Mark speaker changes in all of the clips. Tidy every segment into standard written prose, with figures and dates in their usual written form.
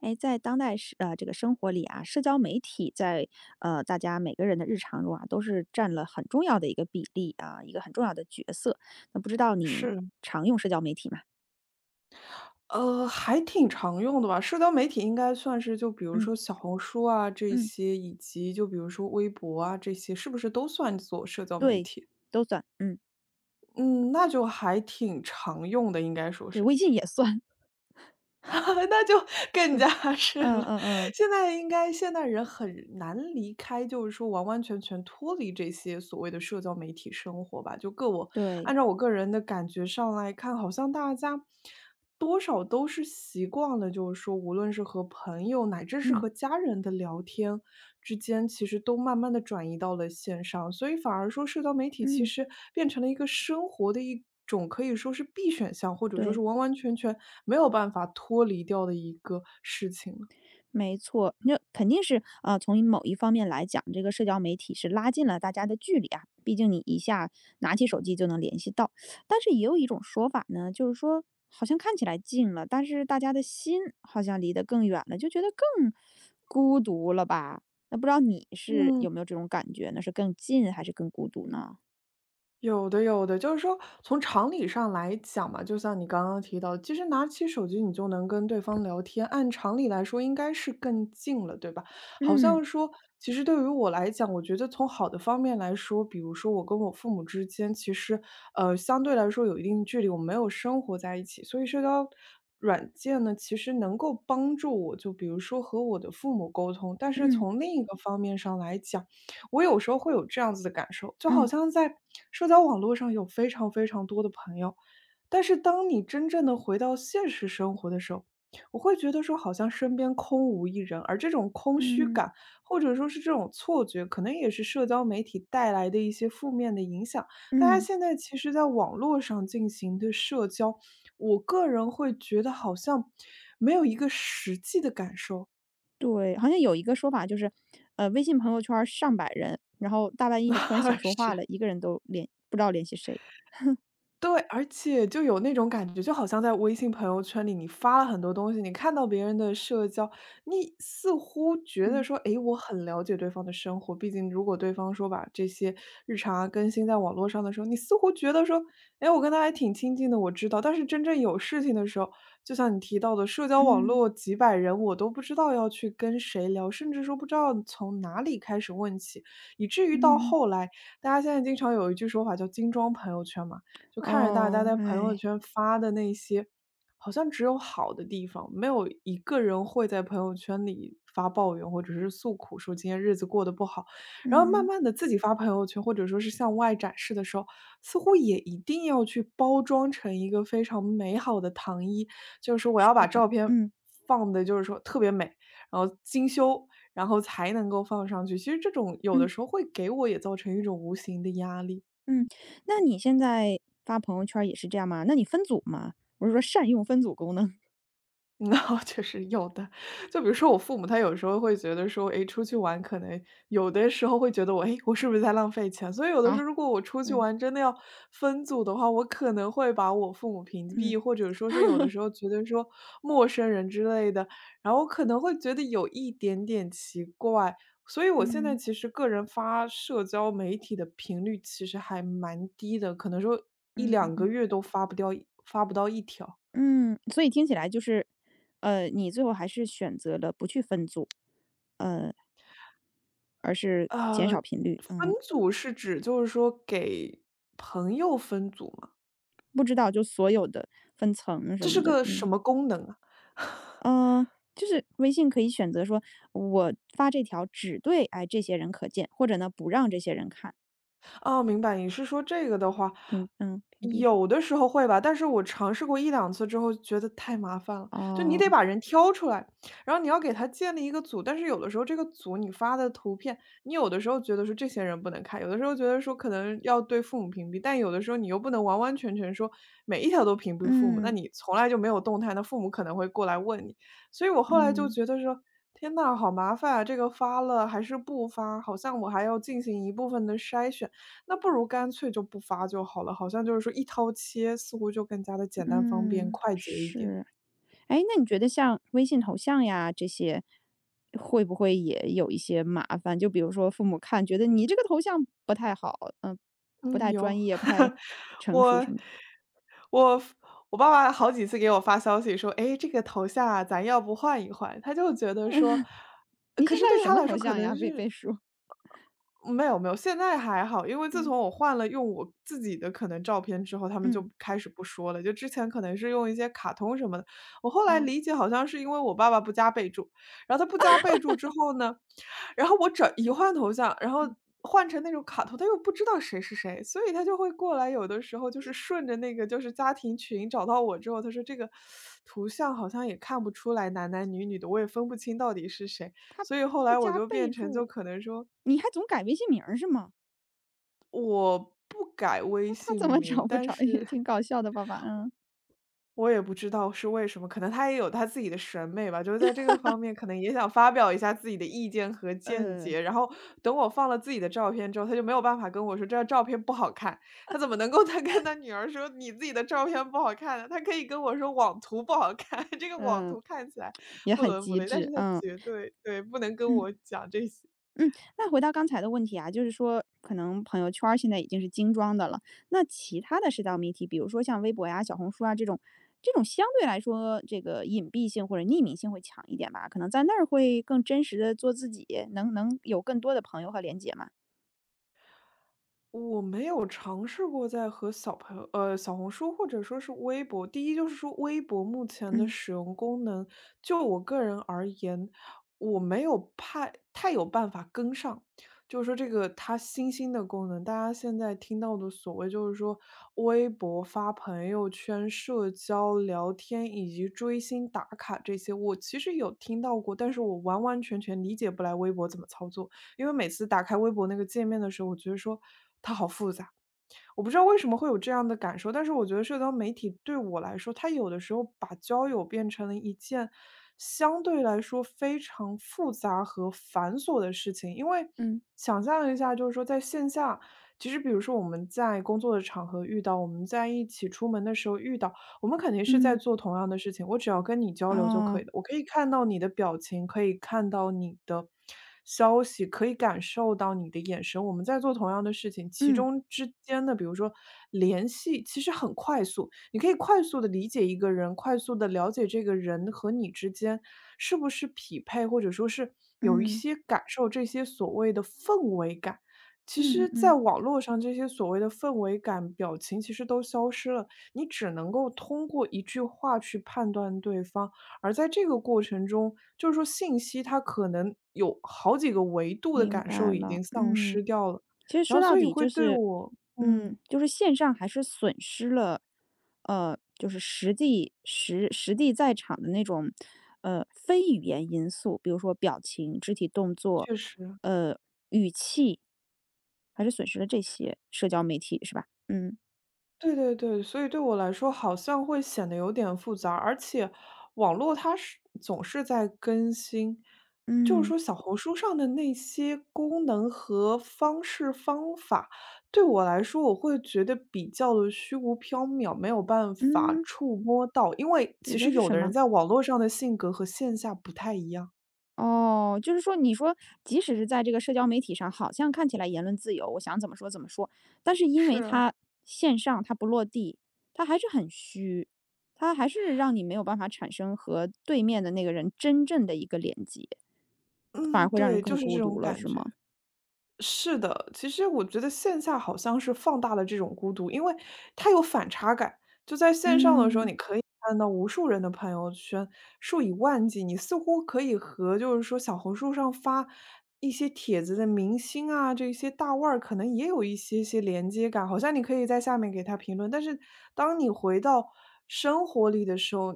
Speaker 1: 哎，在当代是这个生活里啊，社交媒体在大家每个人的日常中啊，都是占了很重要的一个比例啊，一个很重要的角色。那不知道你
Speaker 2: 是，
Speaker 1: 常用社交媒体吗？
Speaker 2: 还挺常用的吧。社交媒体应该算是就比如
Speaker 1: 嗯
Speaker 2: 说小红书啊这
Speaker 1: 嗯，
Speaker 2: 些，以及就比如说微博啊这些，是不是都算做社交媒
Speaker 1: 对，
Speaker 2: 体？
Speaker 1: 都算，嗯，
Speaker 2: 嗯，那就还挺常用的，应该说
Speaker 1: 对，
Speaker 2: 是。
Speaker 1: 微信也算，
Speaker 2: 那就 更
Speaker 1: 嗯
Speaker 2: 加 是
Speaker 1: 嗯
Speaker 2: 了。
Speaker 1: 嗯，
Speaker 2: 现在应该现代人很难离开，就是说完完全全脱离这些所谓的社交媒体生活吧，就各我
Speaker 1: 对，
Speaker 2: 按照我个人的感觉上来看，好像大家多少都是习惯了，就是说，无论是和朋友乃至是
Speaker 1: 嗯
Speaker 2: 和家人的聊天之间，其实都慢慢的转移到了线上，所以反而说，社交媒体其
Speaker 1: 嗯，
Speaker 2: 实变成了一个生活的一种可以说是必选项，或者说
Speaker 1: 对。
Speaker 2: 是完完全全没有办法脱离掉的一个事情了。
Speaker 1: 没错，那肯定是啊。从某一方面来讲，这个社交媒体是拉近了大家的距离啊。毕竟你一下拿起手机就能联系到，但是也有一种说法呢，就是说好像看起来近了，但是大家的心好像离得更远了，就觉得更孤独了吧？那不知道你是
Speaker 2: 嗯，
Speaker 1: 有没有这种感觉呢？是更近还是更孤独呢？
Speaker 2: 有的，有的，就是说从常理上来讲嘛，就像你刚刚提到，其实拿起手机你就能跟对方聊天，按常理来说应该是更近了，对吧？好像
Speaker 1: 嗯
Speaker 2: 说，其实对于我来讲，我觉得从好的方面来说，比如说我跟我父母之间，其实相对来说有一定距离，我们没有生活在一起，所以社交软件呢，其实能够帮助我，就比如说和我的父母沟通。但是
Speaker 1: 嗯
Speaker 2: 从另一个方面上来讲，我有时候会有这样子的感受，就好
Speaker 1: 嗯
Speaker 2: 像在社交网络上有非常非常多的朋友，但是当你真正的回到现实生活的时候，我会觉得说好像身边空无一人，而这种空虚
Speaker 1: 嗯
Speaker 2: 感，或者说是这种错觉，可能也是社交媒体带来的一些负面的影响。大家
Speaker 1: 嗯。
Speaker 2: 现在其实在网络上进行的社交，我个人会觉得好像没有一个实际的感受。
Speaker 1: 对，好像有一个说法就是，微信朋友圈儿上百人，然后大半夜突然想 说
Speaker 2: 是。
Speaker 1: 话了，一个人都不知道联系谁。
Speaker 2: 对，而且就有那种感觉，就好像在微信朋友圈里，你发了很多东西，你看到别人的社交，你似乎觉得
Speaker 1: 嗯
Speaker 2: 说，诶，我很了解对方的生活。毕竟如果对方说把这些日常啊更新在网络上的时候，你似乎觉得说，诶，我跟他还挺亲近的，我知道。但是真正有事情的时候，就像你提到的，社交网
Speaker 1: 嗯
Speaker 2: 络几百人，我都不知道要去跟谁聊，甚至说不知道从哪里开始问起，以至于到
Speaker 1: 嗯，
Speaker 2: 后来，大家现在经常有一句说法叫"精装朋友圈"嘛。就看着大家
Speaker 1: 哦，
Speaker 2: 在朋友
Speaker 1: 哎，
Speaker 2: 圈发的那些，好像只有好的地方，没有一个人会在朋友圈里发抱怨或者是诉苦，说今天日子过得不好。然后慢
Speaker 1: 嗯，
Speaker 2: 慢的自己发朋友圈，或者说是向外展示的时候，似乎也一定要去包装成一个非常美好的糖衣，就是我
Speaker 1: 是，
Speaker 2: 要把照片
Speaker 1: 嗯
Speaker 2: 放的，就是说特别美，然后精修，然后才能够放上去。其实这种有的
Speaker 1: 嗯
Speaker 2: 时候会给我也造成一种无形的压力。
Speaker 1: 嗯。那你现在发朋友圈儿也是这样吗？那你分组吗？我是说善用分组功能
Speaker 2: 那 确实有的，就比如说我父母，他有时候会觉得说，诶，出去玩可能有的时候会觉得我，诶，我是不是在浪费钱？所以有的
Speaker 1: 啊。
Speaker 2: 时候，如果我出去
Speaker 1: 嗯
Speaker 2: 玩真的要分组的话，我可能会把我父母屏
Speaker 1: 嗯
Speaker 2: 蔽，或者说是有的时候觉得说陌生人之类的，然后我可能会觉得有一点点奇怪。所以我现在
Speaker 1: 嗯
Speaker 2: 其实个人发社交媒体的频率其实还蛮低的，可能说一
Speaker 1: 嗯嗯
Speaker 2: 两个
Speaker 1: 嗯
Speaker 2: 月都发不掉，发不到一条。
Speaker 1: 嗯，所以听起来就是，你最后还是选择了不去分组，呃，而是减
Speaker 2: 呃，
Speaker 1: 少频率，
Speaker 2: 分
Speaker 1: 嗯。
Speaker 2: 组是指就是说给朋友分组吗？
Speaker 1: 不知道就所有的分层
Speaker 2: 这
Speaker 1: 什么
Speaker 2: 是
Speaker 1: 的，
Speaker 2: 个
Speaker 1: 嗯，
Speaker 2: 什么功能啊？
Speaker 1: 呃，就是微信可以选择说，我发这条只对这些人可见，或者呢不让这些人看，
Speaker 2: 哦，明白。你是说这个的话，
Speaker 1: 屏蔽什么？
Speaker 2: 有的时候会吧，但是我尝试过一两次之后觉得太麻烦了。就你
Speaker 1: 哦，
Speaker 2: 得把人挑出来，然后你要给他建立一个组，但是有的时候这个组你发的图片，你有的时候觉得说这些人不能看，有的时候觉得说可能要对父母屏蔽，但有的时候你又不能完完全全说每一条都屏蔽父母，那
Speaker 1: 嗯
Speaker 2: 你从来就没有动态，那父母可能会过来问你。所以我后来就
Speaker 1: 嗯
Speaker 2: 觉得说，天呐，好麻烦啊，这个发了还是不发，好像我还要进行一部分的筛选。那不如干脆就不发就好了，好像就是说一刀切，似乎就更加的简单方便、
Speaker 1: 嗯，
Speaker 2: 快捷一点。
Speaker 1: 是。哎，那你觉得像微信头像呀这些，会不会也有一些麻烦？就比如说父母看觉得你这个头像不太好，嗯、不
Speaker 2: 嗯，
Speaker 1: 太专
Speaker 2: 有，
Speaker 1: 业，不太 成熟
Speaker 2: 我
Speaker 1: 什么的。
Speaker 2: 我我爸爸好几次给我发消息说："哎，这个头像啊，咱要不换一换？"他就觉得说
Speaker 1: 你
Speaker 2: 可
Speaker 1: 现
Speaker 2: 是
Speaker 1: 在
Speaker 2: 对
Speaker 1: 是什
Speaker 2: 他
Speaker 1: 么
Speaker 2: 来
Speaker 1: 头
Speaker 2: 说可
Speaker 1: 像呀？
Speaker 2: 能
Speaker 1: 被
Speaker 2: 是
Speaker 1: 被说，
Speaker 2: 没有没有，现在还好，因为自
Speaker 1: 嗯
Speaker 2: 从我换了用我自己的可能照片之后，他们
Speaker 1: 嗯。
Speaker 2: 就开始不说了。就之前可能是用一些卡通什么的，我后来
Speaker 1: 哦，
Speaker 2: 理解好像是因为我爸爸不加备注，然后他不加备注之后呢，然后我换头像，然后
Speaker 1: 嗯，
Speaker 2: 换成那种卡通，他又不知道谁是谁，所以他就会过来，有的时候就是顺着那个就是家庭群找到我之后，他说这个图像好像也看不出来男男女女的，我也分不清到底是谁，所以后
Speaker 1: 不
Speaker 2: 来我
Speaker 1: 加
Speaker 2: 就
Speaker 1: 备
Speaker 2: 变成就
Speaker 1: 注，
Speaker 2: 可能说
Speaker 1: 你还总改微信名儿是吗？
Speaker 2: 不改微
Speaker 1: 那他
Speaker 2: 信
Speaker 1: 怎么 找
Speaker 2: 名，
Speaker 1: 不
Speaker 2: 但
Speaker 1: 着？也
Speaker 2: 是
Speaker 1: 挺搞笑的爸爸，嗯，
Speaker 2: 我也不知道是为什么，可能他也有他自己的审美吧，就是在这个方面可能也想发表一下自己的意见和见
Speaker 1: 呃，
Speaker 2: 解。然后等我放了自己的照片之后，他就没有办法跟我说这张照片不好看，他怎么能够 他跟他女儿说你自己的照片不好看呢？他可以跟我说网图不好看，这个网
Speaker 1: 嗯，
Speaker 2: 图看起来
Speaker 1: 也
Speaker 2: 不
Speaker 1: 很
Speaker 2: 伦不
Speaker 1: 机
Speaker 2: 类，但
Speaker 1: 智，
Speaker 2: 是他
Speaker 1: 嗯
Speaker 2: 绝对对不能跟
Speaker 1: 嗯
Speaker 2: 我讲这些。
Speaker 1: 嗯。那回到刚才的问题啊，就是说可能朋友圈儿现在已经是精装的了，那其他的社交媒体，比如说像微博呀、小红书啊这种，这种相对来说这个隐蔽性或者匿名性会强一点吧？可能在那儿会更真实的做自己，能有更多的朋友和连接嘛？
Speaker 2: 我没有尝试过在和小朋友小红书或者说是微博第一就是说微博目前的
Speaker 1: 嗯
Speaker 2: 使用功能，就我个人而言，我没有太有办法跟上。就是说这个它新兴的功能，大家现在听到的所谓就是说微博发朋友圈、社交聊天以及追星打卡这些，我其实有听到过，但是我完完全全理解不来微博怎么操作。因为每次打开微博那个界面的时候，我觉得说我不知道为什么会有这样的感受，但是我觉得社交媒体对我来说，它有的时候把交友变成了一件相对来说非常复杂和繁琐的事情。因为
Speaker 1: 嗯
Speaker 2: 想象一下，就是说在线下，其实比如说我们在工作的场合遇到，我们在一起出门的时候遇到，我们肯定是在
Speaker 1: 嗯。
Speaker 2: 做同样的事情，我只要跟你交流就可
Speaker 1: 哦，
Speaker 2: 以了。我可以看到你的表情，可以看到你的消息，可以感受到你的眼神。我们在做同样的事情，其
Speaker 1: 嗯，
Speaker 2: 中之间的，比如说联系，其实很快速。你可以快速的理解一个人，快速的了解这个人和你之间是不是匹配，或者说是有一
Speaker 1: 嗯，
Speaker 2: 些感受这些所谓的氛围感。其
Speaker 1: 嗯嗯
Speaker 2: 实在
Speaker 1: 嗯，
Speaker 2: 网络上这些所谓的氛围感、表情其实都消失了，你只能够通过一句话去判断对方。而在这个过程中，就是说信息它可能有好几个维度的
Speaker 1: 明
Speaker 2: 感
Speaker 1: 白
Speaker 2: 受已
Speaker 1: 了，
Speaker 2: 经丧
Speaker 1: 嗯。
Speaker 2: 失掉了，
Speaker 1: 其实
Speaker 2: 然
Speaker 1: 说
Speaker 2: 后
Speaker 1: 到
Speaker 2: 所以
Speaker 1: 底就
Speaker 2: 会对
Speaker 1: 是，
Speaker 2: 我嗯，
Speaker 1: 就是线上还是损失了，就是实地实实地在场的那种，非语言因素，比如说表情、肢体动作，
Speaker 2: 确实。
Speaker 1: 呃，语气，还是损失了这些社交媒体是吧？嗯，
Speaker 2: 对对对，所以对我来说好像会显得有点复杂，而且网络它是总是在更新，就是
Speaker 1: 嗯，
Speaker 2: 说小红书上的那些功能和方式方法，对我来说我会觉得比较的虚无缥缈，没有办法
Speaker 1: 嗯，
Speaker 2: 触摸到，因为
Speaker 1: 指
Speaker 2: 其
Speaker 1: 的
Speaker 2: 实
Speaker 1: 是
Speaker 2: 有
Speaker 1: 什
Speaker 2: 的
Speaker 1: 么？
Speaker 2: 人在网络上的性格和线下不太一样。
Speaker 1: 哦，就是说，你说即使是在这个社交媒体上，好像看起来言论自由，我想怎么说怎么说，但是因
Speaker 2: 是
Speaker 1: 为
Speaker 2: 啊
Speaker 1: 它线上它不落地，它还是很虚，它还是让你没有办法产生和对面的那个人真正的一个连接，反而
Speaker 2: 嗯，
Speaker 1: 会让人
Speaker 2: 对，
Speaker 1: 更
Speaker 2: 就是这
Speaker 1: 孤独
Speaker 2: 种
Speaker 1: 了，
Speaker 2: 感
Speaker 1: 是
Speaker 2: 觉。
Speaker 1: 吗？
Speaker 2: 是的，其实我觉得线下好像是放大了这种孤独，因为它有反差感。就在线上的时候，
Speaker 1: 嗯
Speaker 2: 你可以看到无数人的朋友圈，数以万计，你似乎可以和就是说小红书上发一些帖子的明星啊，这些大腕儿，可能也有一些些连接感，好像你可以在下面给他评论。但是当你回到生活里的时候，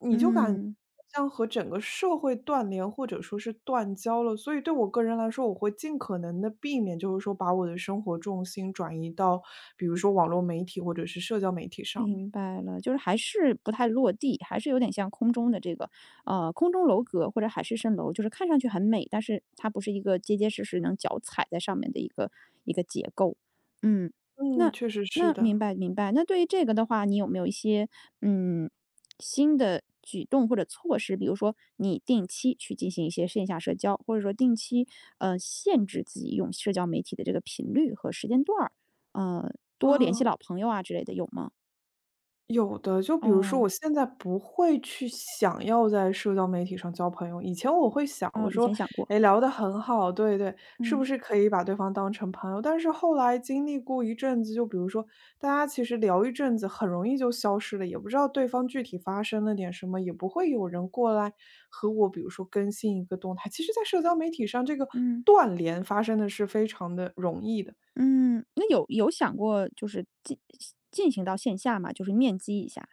Speaker 2: 你就感
Speaker 1: 嗯。
Speaker 2: 像和整个社会断联或者说是断交了，所以对我个人来说，我会尽可能的避免，就是说把我的生活重心转移到，比如说网络媒体或者是社交媒体上面。
Speaker 1: 明白了，就是还是不太落地，还是有点像空中的这个，空中楼阁或者海市蜃楼，就是看上去很美，但是它不是一个结结实实能脚踩在上面的一个一个结构。嗯，
Speaker 2: 嗯，
Speaker 1: 那
Speaker 2: 确实是
Speaker 1: 明
Speaker 2: 的，
Speaker 1: 白明白。那对于这个的话，你有没有一些嗯新的举动或者措施？比如说你定期去进行一些线下社交，或者说定期限制自己用社交媒体的这个频率和时间段儿，呃，多联系
Speaker 2: 哦。
Speaker 1: 老朋友啊之类的，有吗？
Speaker 2: 有的，就比如说
Speaker 1: 哦，
Speaker 2: 我现在不会去想要在社交媒体上交朋友，以前我会想，
Speaker 1: 哦，
Speaker 2: 我
Speaker 1: 以
Speaker 2: 说，
Speaker 1: 前想过，
Speaker 2: 哎，聊得很好，对对，是
Speaker 1: 嗯，
Speaker 2: 不是可以把对方当成朋友？但是后来经历过一阵子，就比如说大家其实聊一阵子，很容易就消失了，也不知道对方具体发生了点什么，也不会有人过来和我，比如说更新一个动态。其实，在社交媒体上，这个
Speaker 1: 嗯，
Speaker 2: 断联发生的是非常的容易的，
Speaker 1: 嗯，那有想过就是进行到线下嘛，就是面基一下，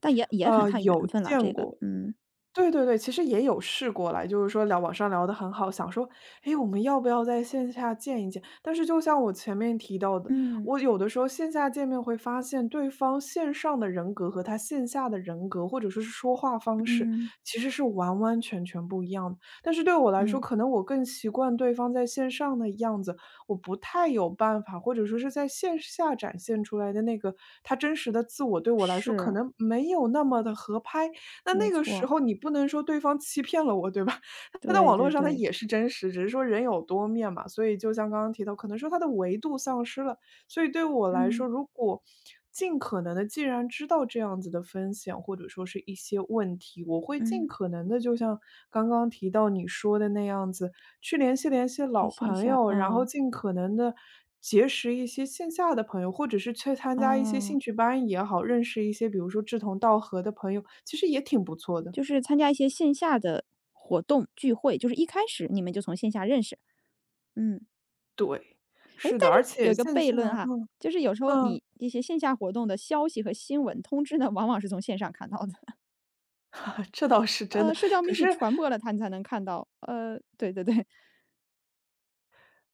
Speaker 1: 但也很看缘
Speaker 2: 有
Speaker 1: 分了，这
Speaker 2: 见
Speaker 1: 个，
Speaker 2: 过。
Speaker 1: 嗯，
Speaker 2: 对对对，其实也有试过来，就是说聊网上聊得很好，想说，诶，我们要不要在线下见一见？但是就像我前面提到的，
Speaker 1: 嗯，
Speaker 2: 我有的时候线下见面会发现对方线上的人格和他线下的人格，或者说是说话方式，
Speaker 1: 嗯，
Speaker 2: 其实是完完全全不一样的。但是对我来说，
Speaker 1: 嗯，
Speaker 2: 可能我更习惯对方在线上的样子，我不太有办法，或者说是在线下展现出来的那个他真实的自我，对我来说可
Speaker 1: 是，
Speaker 2: 能没有那么的合拍。那
Speaker 1: 没
Speaker 2: 那个时
Speaker 1: 错，
Speaker 2: 候你不能说对方欺骗了我，对吧？他在
Speaker 1: 对
Speaker 2: 网
Speaker 1: 对
Speaker 2: 络上他
Speaker 1: 对，
Speaker 2: 也是真实，只是说人有多面嘛，所以就像刚刚提到，可能说他的维度丧失了。所以对我来说，
Speaker 1: 嗯，
Speaker 2: 如果尽可能的，既然知道这样子的风险或者说是一些问题，我会尽
Speaker 1: 嗯，
Speaker 2: 可能的，就像刚刚提到你说的那样子，去联系联系
Speaker 1: 在
Speaker 2: 老
Speaker 1: 线
Speaker 2: 朋
Speaker 1: 下，
Speaker 2: 友，然后
Speaker 1: 啊
Speaker 2: 尽可能的结识一些线下的朋友，或者是去参加一些
Speaker 1: 啊，
Speaker 2: 兴趣班也好，认识一些比如说志同道合的朋友，其实也挺不错的。
Speaker 1: 就是参加一些线下的活动聚会，就是一开始你们就从线下认识，嗯。
Speaker 2: 对，
Speaker 1: 哎，
Speaker 2: 是
Speaker 1: 但
Speaker 2: 的，而
Speaker 1: 是有
Speaker 2: 且
Speaker 1: 一个
Speaker 2: 线
Speaker 1: 悖
Speaker 2: 下，
Speaker 1: 论哈，
Speaker 2: 嗯
Speaker 1: 就是有时候你一些线下活动的消息和新闻通知呢，往往是从线上看到的，
Speaker 2: 这倒是真的。
Speaker 1: 社交
Speaker 2: 可
Speaker 1: 媒体
Speaker 2: 是
Speaker 1: 传播了它，你才能看到。对对对，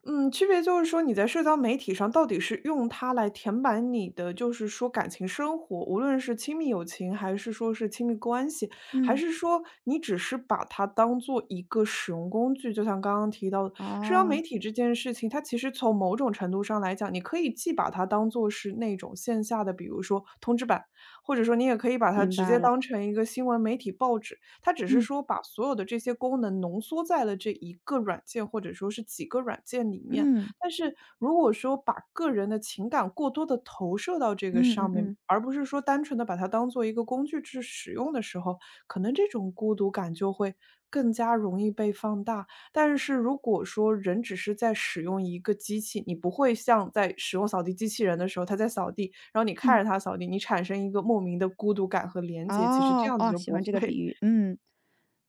Speaker 2: 嗯，区别就是说你在社交媒体上到底是用它来填满你的，就是说感情生活，无论是亲密友情，还是说是亲密关系，还
Speaker 1: 嗯，
Speaker 2: 是说你只是把它当做一个使用工具。就像刚刚提到的，社交
Speaker 1: 哦，
Speaker 2: 媒体这件事情，它其实从某种程度上来讲，你可以既把它当做是那种线下的，比如说通知板，或者说你也可以把它
Speaker 1: 明
Speaker 2: 直
Speaker 1: 白
Speaker 2: 接
Speaker 1: 了，
Speaker 2: 当成一个新闻媒体报纸。它只是
Speaker 1: 嗯
Speaker 2: 说把所有的这些功能浓缩在了这一个软件或者说是几个软件里面。
Speaker 1: 嗯
Speaker 2: 但是如果说把个人的情感过多的投射到这个
Speaker 1: 嗯嗯
Speaker 2: 上面，
Speaker 1: 嗯
Speaker 2: 而不是说单纯的把它当做一个工具去使用的时候，可能这种孤独感就会更加容易被放大。但是如果说人只是在使用一个机器，你不会像在使用扫地机器人的时候，它在扫地，然后你看
Speaker 1: 嗯。
Speaker 2: 着它扫地，你产生一个莫名的孤独感和连接，其实这
Speaker 1: 哦，
Speaker 2: 样子
Speaker 1: 哦，
Speaker 2: 就
Speaker 1: 喜
Speaker 2: 不
Speaker 1: 欢这个
Speaker 2: 会。
Speaker 1: 比喻，嗯，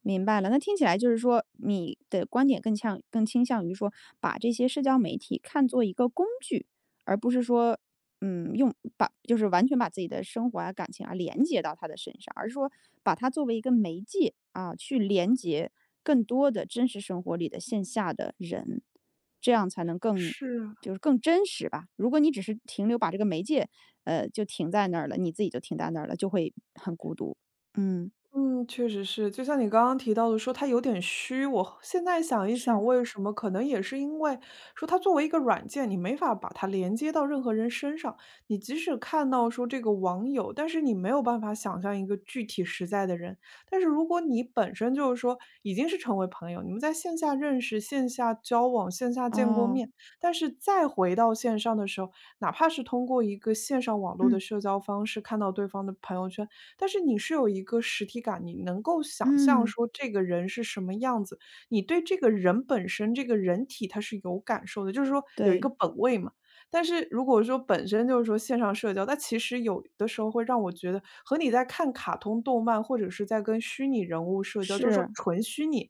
Speaker 1: 明白了。那听起来就是说，你的观点更像更倾向于说，把这些社交媒体看作一个工具，而不是说，用把就是完全把自己的生活啊、感情啊连接到他的身上，而是说把它作为一个媒介啊，去连接更多的真实生活里的线下的人，这样才能
Speaker 2: 是啊，
Speaker 1: 就是更真实吧。如果你只是停留把这个媒介，就停在那儿了，你自己就停在那儿了，就会很孤独。嗯，
Speaker 2: 嗯，确实是，就像你刚刚提到的说他有点虚，我现在想一
Speaker 1: 是，
Speaker 2: 想为什么，可能也是因为说它作为一个软件，你没法把它连接到任何人身上，你即使看到说这个网友，但是你没有办法想象一个具体实在的人。但是如果你本身就是说已经是成为朋友，你们在线下认识、线下交往、线下见过
Speaker 1: 哦，
Speaker 2: 面，但是再回到线上的时候，哪怕是通过一个线上网络
Speaker 1: 嗯
Speaker 2: 的社交方式看到对方的朋友圈。但是你是有一个实体感，你能够想象
Speaker 1: 嗯，
Speaker 2: 说这个人是什么样子，你对这个人本身、这个人体它是有感受的，就是说有一
Speaker 1: 对，
Speaker 2: 个本位嘛。但是如果说本身就是说线上社交，那其实有的时候会让我觉得和你在看卡通动漫或者是在跟虚拟人物社交，就是说
Speaker 1: 是，
Speaker 2: 纯虚拟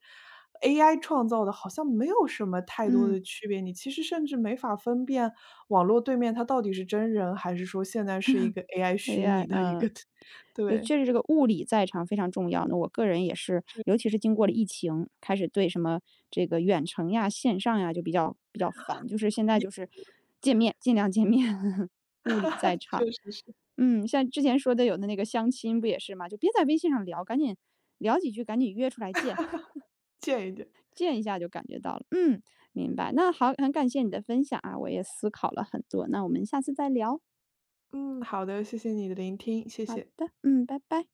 Speaker 2: AI 创造的，好像没有什么太多
Speaker 1: 嗯
Speaker 2: 的区别。你其实甚至没法分辨网络对面他到底是真人还是说现在是一个 AI 虚
Speaker 1: ，AI，
Speaker 2: 拟的一
Speaker 1: 嗯。
Speaker 2: 个
Speaker 1: 就
Speaker 2: 对。
Speaker 1: 确实这个物理在场非常重要。那我个人也是，尤其是经过了疫情，开始对什么这个远程呀、线上呀就比较烦。就是现在就 是见面，尽量见面，物理在场。
Speaker 2: 确实是，
Speaker 1: 嗯，像之前说的有的那个相亲不也是嘛，就别在微信上聊，赶紧聊几句，赶紧约出来见，
Speaker 2: 见一见。
Speaker 1: 见一下就感觉到了。嗯，明白。那好，很感谢你的分享啊，我也思考了很多。那我们下次再聊。
Speaker 2: 嗯，好的，谢谢你的聆听，谢
Speaker 1: 好
Speaker 2: 谢。
Speaker 1: 的，嗯，拜拜。